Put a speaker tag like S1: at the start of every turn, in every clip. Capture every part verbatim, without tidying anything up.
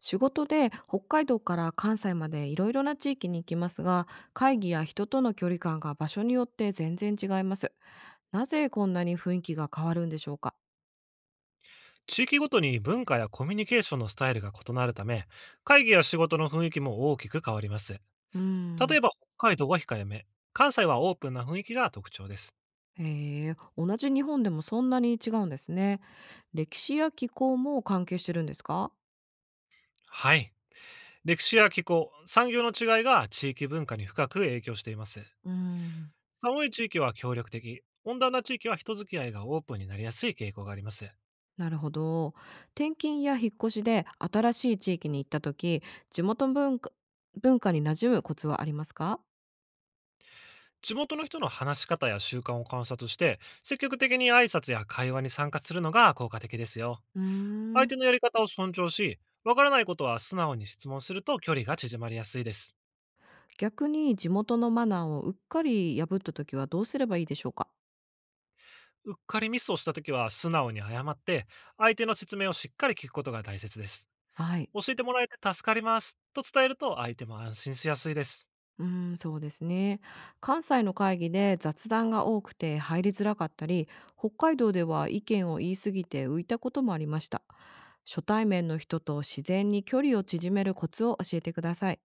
S1: 仕事で北海道から関西までいろいろな地域に行きますが、会議や人との距離感が場所によって全然違います。なぜこんなに雰囲気が変わるんでしょうか？
S2: 地域ごとに文化やコミュニケーションのスタイルが異なるため、会議や仕事の雰囲気も大きく変わります。
S1: うー
S2: 例
S1: ん。
S2: えば、北海道は控えめ、関西はオープンな雰囲気が特徴です。
S1: えー。同じ日本でもそんなに違うんですね。歴史や気候も関係してるんですか？
S2: はい。歴史や気候、産業の違いが地域文化に深く影響しています。
S1: うーん。
S2: 寒い地域は協力的、温暖な地域は人付き合いがオープンになりやすい傾向があります。
S1: なるほど。転勤や引っ越しで新しい地域に行った時、地元文化文化に馴染むコツはありますか？
S2: 地元の人の話し方や習慣を観察して、積極的に挨拶や会話に参加するのが効果的ですよ。
S1: うー
S2: 相
S1: ん。
S2: 手のやり方を尊重し、わからないことは素直に質問すると距離が縮まりやすいです。
S1: 逆に地元のマナーをうっかり破った時はどうすればいいでしょうか？
S2: うっかりミスをしたときは素直に謝って、相手の説明をしっかり聞くことが大切です。
S1: はい。
S2: 教えてもらえて助かりますと伝えると、相手も安心しやすいです。
S1: うーん、そうですね。関西の会議で雑談が多くて入りづらかったり、北海道では意見を言い過ぎて浮いたこともありました。初対面の人と自然に距離を縮めるコツを教えてください。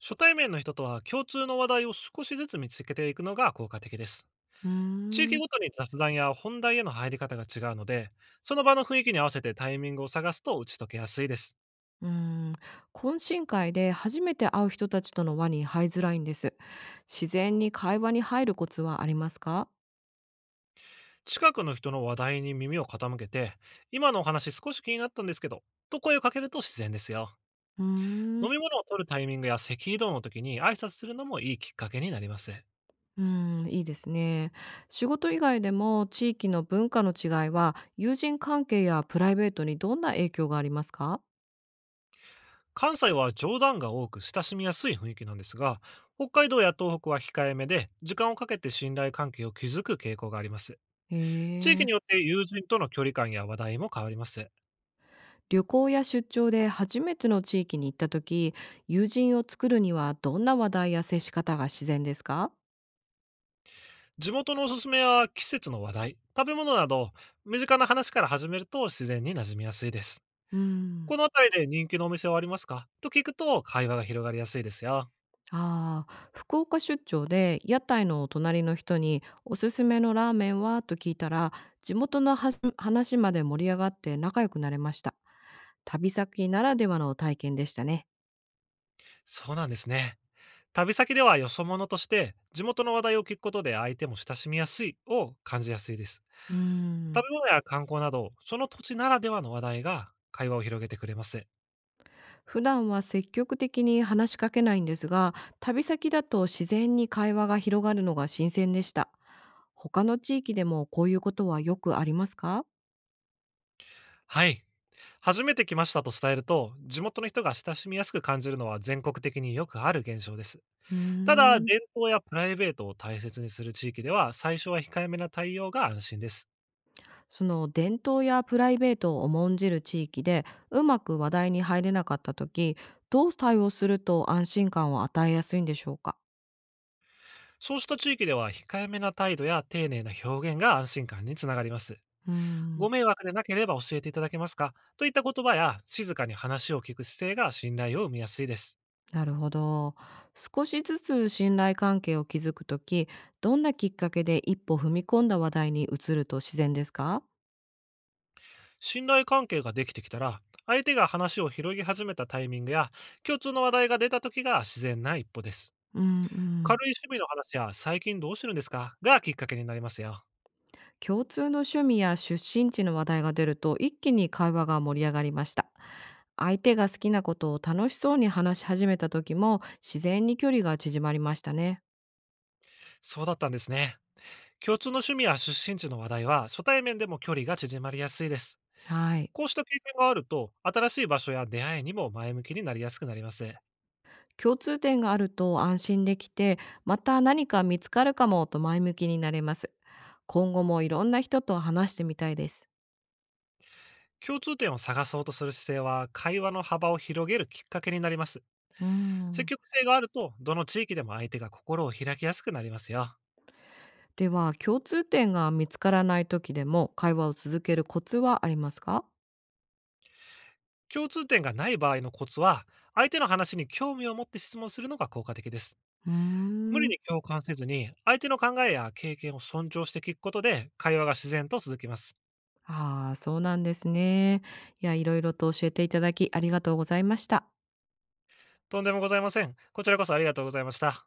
S2: 初対面の人とは、共通の話題を少しずつ見つけていくのが効果的です。
S1: うー
S2: 地域
S1: ん、
S2: ごとに雑談や本題への入り方が違うので、その場の雰囲気に合わせてタイミングを探すと打ち解けやすいです。
S1: うーん。懇親会で初めて会う人たちとの輪に入りづらいんです。自然に会話に入るコツはありますか？
S2: 近くの人の話題に耳を傾けて、今のお話少し気になったんですけど、と声をかけると自然ですよ。
S1: うー
S2: 飲
S1: ん。
S2: み物を取るタイミングや咳移動の時に挨拶するのも、いいきっかけになります。
S1: うん、いいですね。仕事以外でも地域の文化の違いは、友人関係やプライベートにどんな影響がありますか？
S2: 関西は冗談が多く親しみやすい雰囲気なんですが、北海道や東北は控えめで、時間をかけて信頼関係を築く傾向があります。
S1: へ
S2: 地域
S1: え。
S2: によって友人との距離感や話題も変わります。
S1: 旅行や出張で初めての地域に行った時、友人を作るにはどんな話題や接し方が自然ですか？
S2: 地元のおすすめや季節の話題、食べ物など、身近な話から始めると自然に馴染みやすいです。
S1: うん。
S2: この辺りで人気のお店はありますか？と聞くと、会話が広がりやすいですよ。
S1: ああ、福岡出張で屋台の隣の人におすすめのラーメンはと聞いたら、地元のはし話まで盛り上がって仲良くなれました。旅先ならではの体験でしたね。
S2: そうなんですね。旅先ではよそ者として地元の話題を聞くことで、相手も親しみやすいを感じやすいです。
S1: うー
S2: 食
S1: ん。
S2: べ物や観光など、その土地ならではの話題が会話を広げてくれます。
S1: 普段は積極的に話しかけないんですが、旅先だと自然に会話が広がるのが新鮮でした。他の地域でもこういうことはよくありますか？
S2: はい。初めて来ましたと伝えると、地元の人が親しみやすく感じるのは全国的によくある現象です。
S1: うー
S2: ただ、
S1: ん。
S2: 伝統やプライベートを大切にする地域では、最初は控えめな対応が安心です。
S1: その伝統やプライベートを重んじる地域でうまく話題に入れなかった時、どう対応すると安心感を与えやすいんでしょうか？
S2: そうした地域では、控えめな態度や丁寧な表現が安心感につながります。
S1: うー
S2: ご
S1: ん。
S2: 迷惑でなければ教えていただけますか、といった言葉や静かに話を聞く姿勢が信頼を生みやすいです。
S1: なるほど。少しずつ信頼関係を築くとき、どんなきっかけで一歩踏み込んだ話題に移ると自然ですか？
S2: 信頼関係ができてきたら、相手が話を広げ始めたタイミングや共通の話題が出た時が自然な一歩です。
S1: うんう
S2: 軽
S1: ん。
S2: い趣味の話や、最近どうしてるんですか、がきっかけになりますよ。
S1: 共通の趣味や出身地の話題が出ると一気に会話が盛り上がりました。相手が好きなことを楽しそうに話し始めた時も自然に距離が縮まりましたね。
S2: そうだったんですね。共通の趣味や出身地の話題は、初対面でも距離が縮まりやすいです。
S1: はい。
S2: こうした経験があると、新しい場所や出会いにも前向きになりやすくなります。
S1: 共通点があると安心できて、また何か見つかるかもと前向きになれます。今後もいろんな人と話してみたいです。
S2: 共通点を探そうとする姿勢は、会話の幅を広げるきっかけになります。
S1: う
S2: 積
S1: ん。
S2: 極性があると、どの地域でも相手が心を開きやすくなりますよ。
S1: では、共通点が見つからない時でも、会話を続けるコツはありますか？
S2: 共通点がない場合のコツは、相手の話に興味を持って質問するのが効果的です。
S1: うー
S2: 無理
S1: ん。
S2: に共感せずに、相手の考えや経験を尊重して聞くことで、会話が自然と続きます。
S1: ああ、そうなんですね。いや、いろいろと教えていただき、ありがとうございました。
S2: とんでもございません。こちらこそ、ありがとうございました。